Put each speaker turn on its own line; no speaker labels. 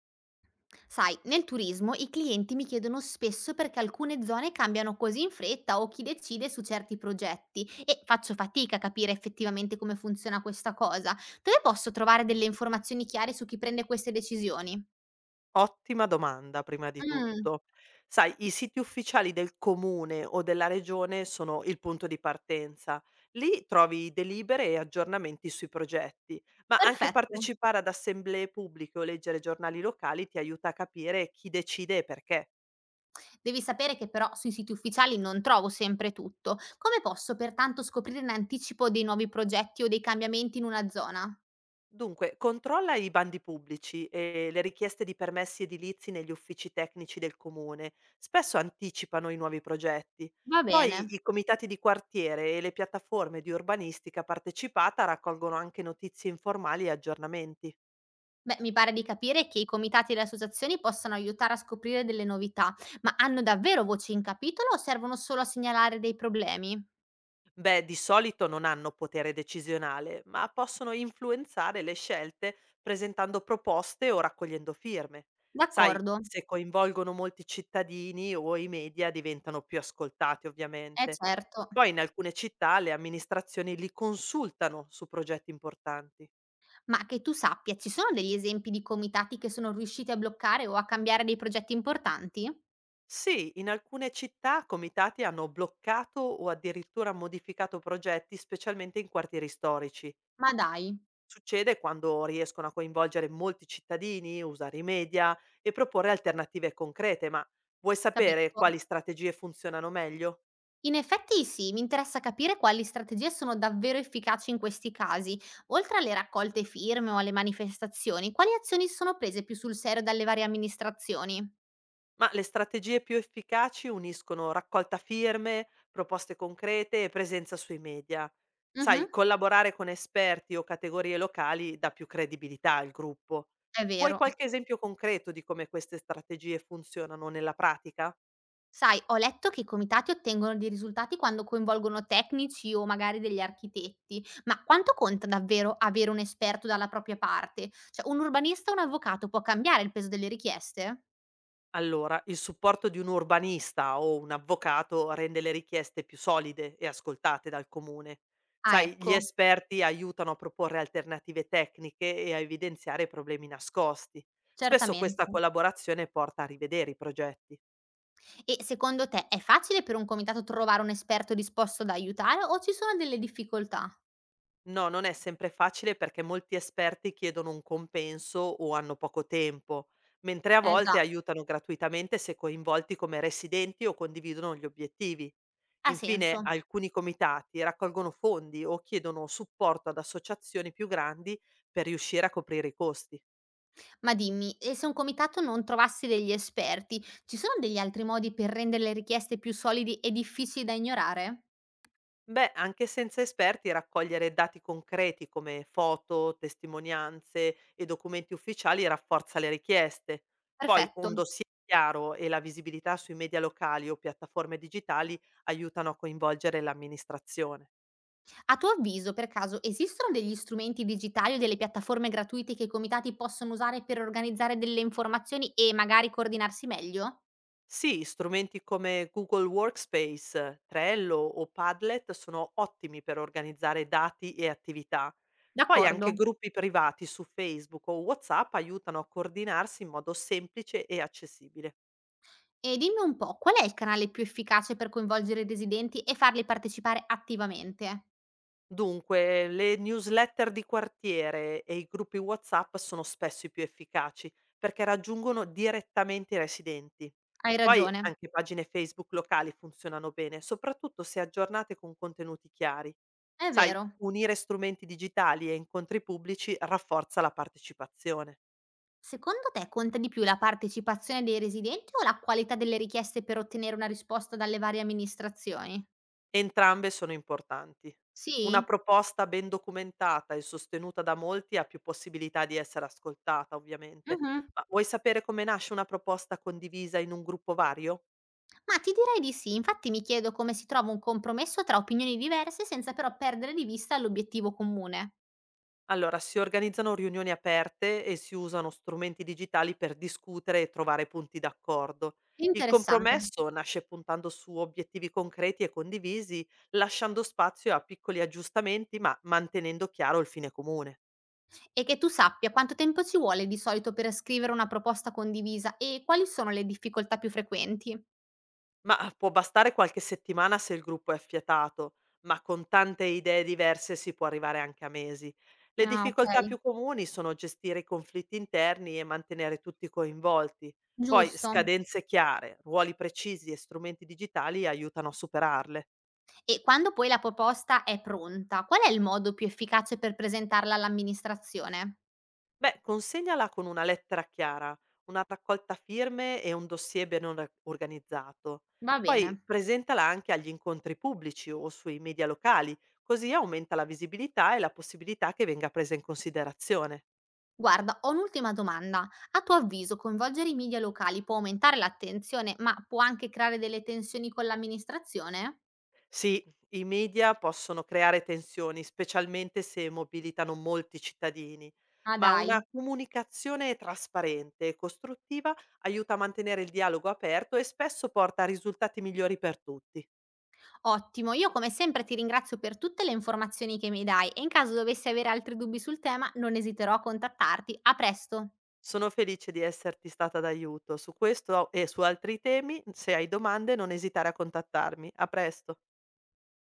Sai, nel turismo i clienti mi chiedono spesso perché alcune zone cambiano così in fretta o chi decide su certi progetti e faccio fatica a capire effettivamente come funziona questa cosa. Dove posso trovare delle informazioni chiare su chi prende queste decisioni?
Ottima domanda prima di
Mm,
tutto. Sai, i siti ufficiali del comune o della regione sono il punto di partenza. Lì trovi delibere e aggiornamenti sui progetti, ma anche
perfetto.
partecipare ad assemblee pubbliche o leggere giornali locali ti aiuta a capire chi decide e perché.
Devi sapere che però sui siti ufficiali non trovo sempre tutto. Come posso pertanto scoprire in anticipo dei nuovi progetti o dei cambiamenti in una zona?
Dunque, controlla i bandi pubblici e le richieste di permessi edilizi negli uffici tecnici del comune. Spesso anticipano i nuovi progetti.
Va bene.
Poi i comitati di quartiere e le piattaforme di urbanistica partecipata raccolgono anche notizie informali e aggiornamenti.
Beh, mi pare di capire che i comitati e le associazioni possano aiutare a scoprire delle novità, ma hanno davvero voce in capitolo o servono solo a segnalare dei problemi?
Beh, di solito non hanno potere decisionale, ma possono influenzare le scelte presentando proposte o raccogliendo firme. Sai,
D'accordo,
se coinvolgono molti cittadini o i media diventano più ascoltati,
è
ovviamente.
certo.
Poi in alcune città le amministrazioni li consultano su progetti importanti.
Ma che tu sappia, ci sono degli esempi di comitati che sono riusciti a bloccare o a cambiare dei progetti importanti?
Sì, in alcune città comitati hanno bloccato o addirittura modificato progetti, specialmente in quartieri storici.
Ma dai,
Succede quando riescono a coinvolgere molti cittadini, usare i media e proporre alternative concrete, ma vuoi sapere
capisco.
quali strategie funzionano meglio?
In effetti sì, mi interessa capire quali strategie sono davvero efficaci in questi casi. Oltre alle raccolte firme o alle manifestazioni, quali azioni sono prese più sul serio dalle varie amministrazioni?
Ma le strategie più efficaci uniscono raccolta firme, proposte concrete e presenza sui media.
Mhm.
Sai, collaborare con esperti o categorie locali dà più credibilità al gruppo.
È
Vuoi
vero.
qualche esempio concreto di come queste strategie funzionano nella pratica?
Sai, ho letto che i comitati ottengono dei risultati quando coinvolgono tecnici o magari degli architetti, ma quanto conta davvero avere un esperto dalla propria parte? Cioè, un urbanista o un avvocato può cambiare il peso delle richieste?
Allora, il supporto di un urbanista o un avvocato rende le richieste più solide e ascoltate dal comune.
Ah,
Sai, gli
ecco,
esperti aiutano a proporre alternative tecniche e a evidenziare problemi nascosti. Spesso questa
certamente.
collaborazione porta a rivedere i progetti.
E secondo te è facile per un comitato trovare un esperto disposto ad aiutare o ci sono delle difficoltà?
No, non è sempre facile perché molti esperti chiedono un compenso o hanno poco tempo, mentre a
Eh già,
volte aiutano gratuitamente se coinvolti come residenti o condividono gli obiettivi.
ha
Infine,
senso.
alcuni comitati raccolgono fondi o chiedono supporto ad associazioni più grandi per riuscire a coprire i costi.
Ma dimmi, e se un comitato non trovasse degli esperti, ci sono degli altri modi per rendere le richieste più solidi e difficili da ignorare?
Beh, anche senza esperti raccogliere dati concreti come foto, testimonianze e documenti ufficiali rafforza le richieste. Poi
Perfetto.
un dossier chiaro e la visibilità sui media locali o piattaforme digitali aiutano a coinvolgere l'amministrazione.
A tuo avviso, per caso, esistono degli strumenti digitali o delle piattaforme gratuite che i comitati possono usare per organizzare delle informazioni e magari coordinarsi meglio?
Sì, strumenti come Google Workspace, Trello o Padlet sono ottimi per organizzare dati e attività. Poi
D'accordo.
anche gruppi privati su Facebook o WhatsApp aiutano a coordinarsi in modo semplice e accessibile.
E dimmi un po', qual è il canale più efficace per coinvolgere i residenti e farli partecipare attivamente?
Dunque, le newsletter di quartiere e i gruppi WhatsApp sono spesso i più efficaci perché raggiungono direttamente i residenti.
Hai
Poi
ragione.
anche pagine Facebook locali funzionano bene, soprattutto se aggiornate con contenuti chiari.
È
Sai,
vero.
unire strumenti digitali e incontri pubblici rafforza la partecipazione.
Secondo te conta di più la partecipazione dei residenti o la qualità delle richieste per ottenere una risposta dalle varie amministrazioni?
Entrambe sono importanti. Una
Sì?
proposta ben documentata e sostenuta da molti ha più possibilità di essere ascoltata, ovviamente.
Mh-mh.
Ma vuoi sapere come nasce una proposta condivisa in un gruppo vario?
Ma ti direi di sì, infatti mi chiedo come si trova un compromesso tra opinioni diverse senza però perdere di vista l'obiettivo comune.
Allora, si organizzano riunioni aperte e si usano strumenti digitali per discutere e trovare punti d'accordo. Il
Interessante.
compromesso nasce puntando su obiettivi concreti e condivisi, lasciando spazio a piccoli aggiustamenti, ma mantenendo chiaro il fine comune.
E che tu sappia quanto tempo ci vuole di solito per scrivere una proposta condivisa e quali sono le difficoltà più frequenti?
Mah, può bastare qualche settimana se il gruppo è affiatato, ma con tante idee diverse si può arrivare anche a mesi. Le
Ah,
difficoltà
okay,
più comuni sono gestire i conflitti interni e mantenere tutti coinvolti. Poi
giusto.
scadenze chiare, ruoli precisi e strumenti digitali aiutano a superarle.
E quando poi la proposta è pronta, qual è il modo più efficace per presentarla all'amministrazione?
Beh, consegnala con una lettera chiara, una raccolta firme e un dossier ben organizzato.
Va bene.
Poi presentala anche agli incontri pubblici o sui media locali, così aumenta la visibilità e la possibilità che venga presa in considerazione.
Guarda, ho un'ultima domanda. A tuo avviso, coinvolgere i media locali può aumentare l'attenzione, ma può anche creare delle tensioni con l'amministrazione?
Sì, i media possono creare tensioni, specialmente se mobilitano molti cittadini,
Ah
ma una
dai,
comunicazione trasparente e costruttiva aiuta a mantenere il dialogo aperto e spesso porta a risultati migliori per tutti.
ottimo. Io come sempre ti ringrazio per tutte le informazioni che mi dai e in caso dovessi avere altri dubbi sul tema non esiterò a contattarti. A presto.
Sono felice di esserti stata d'aiuto. Su questo e su altri temi, se hai domande, non esitare a contattarmi. A presto.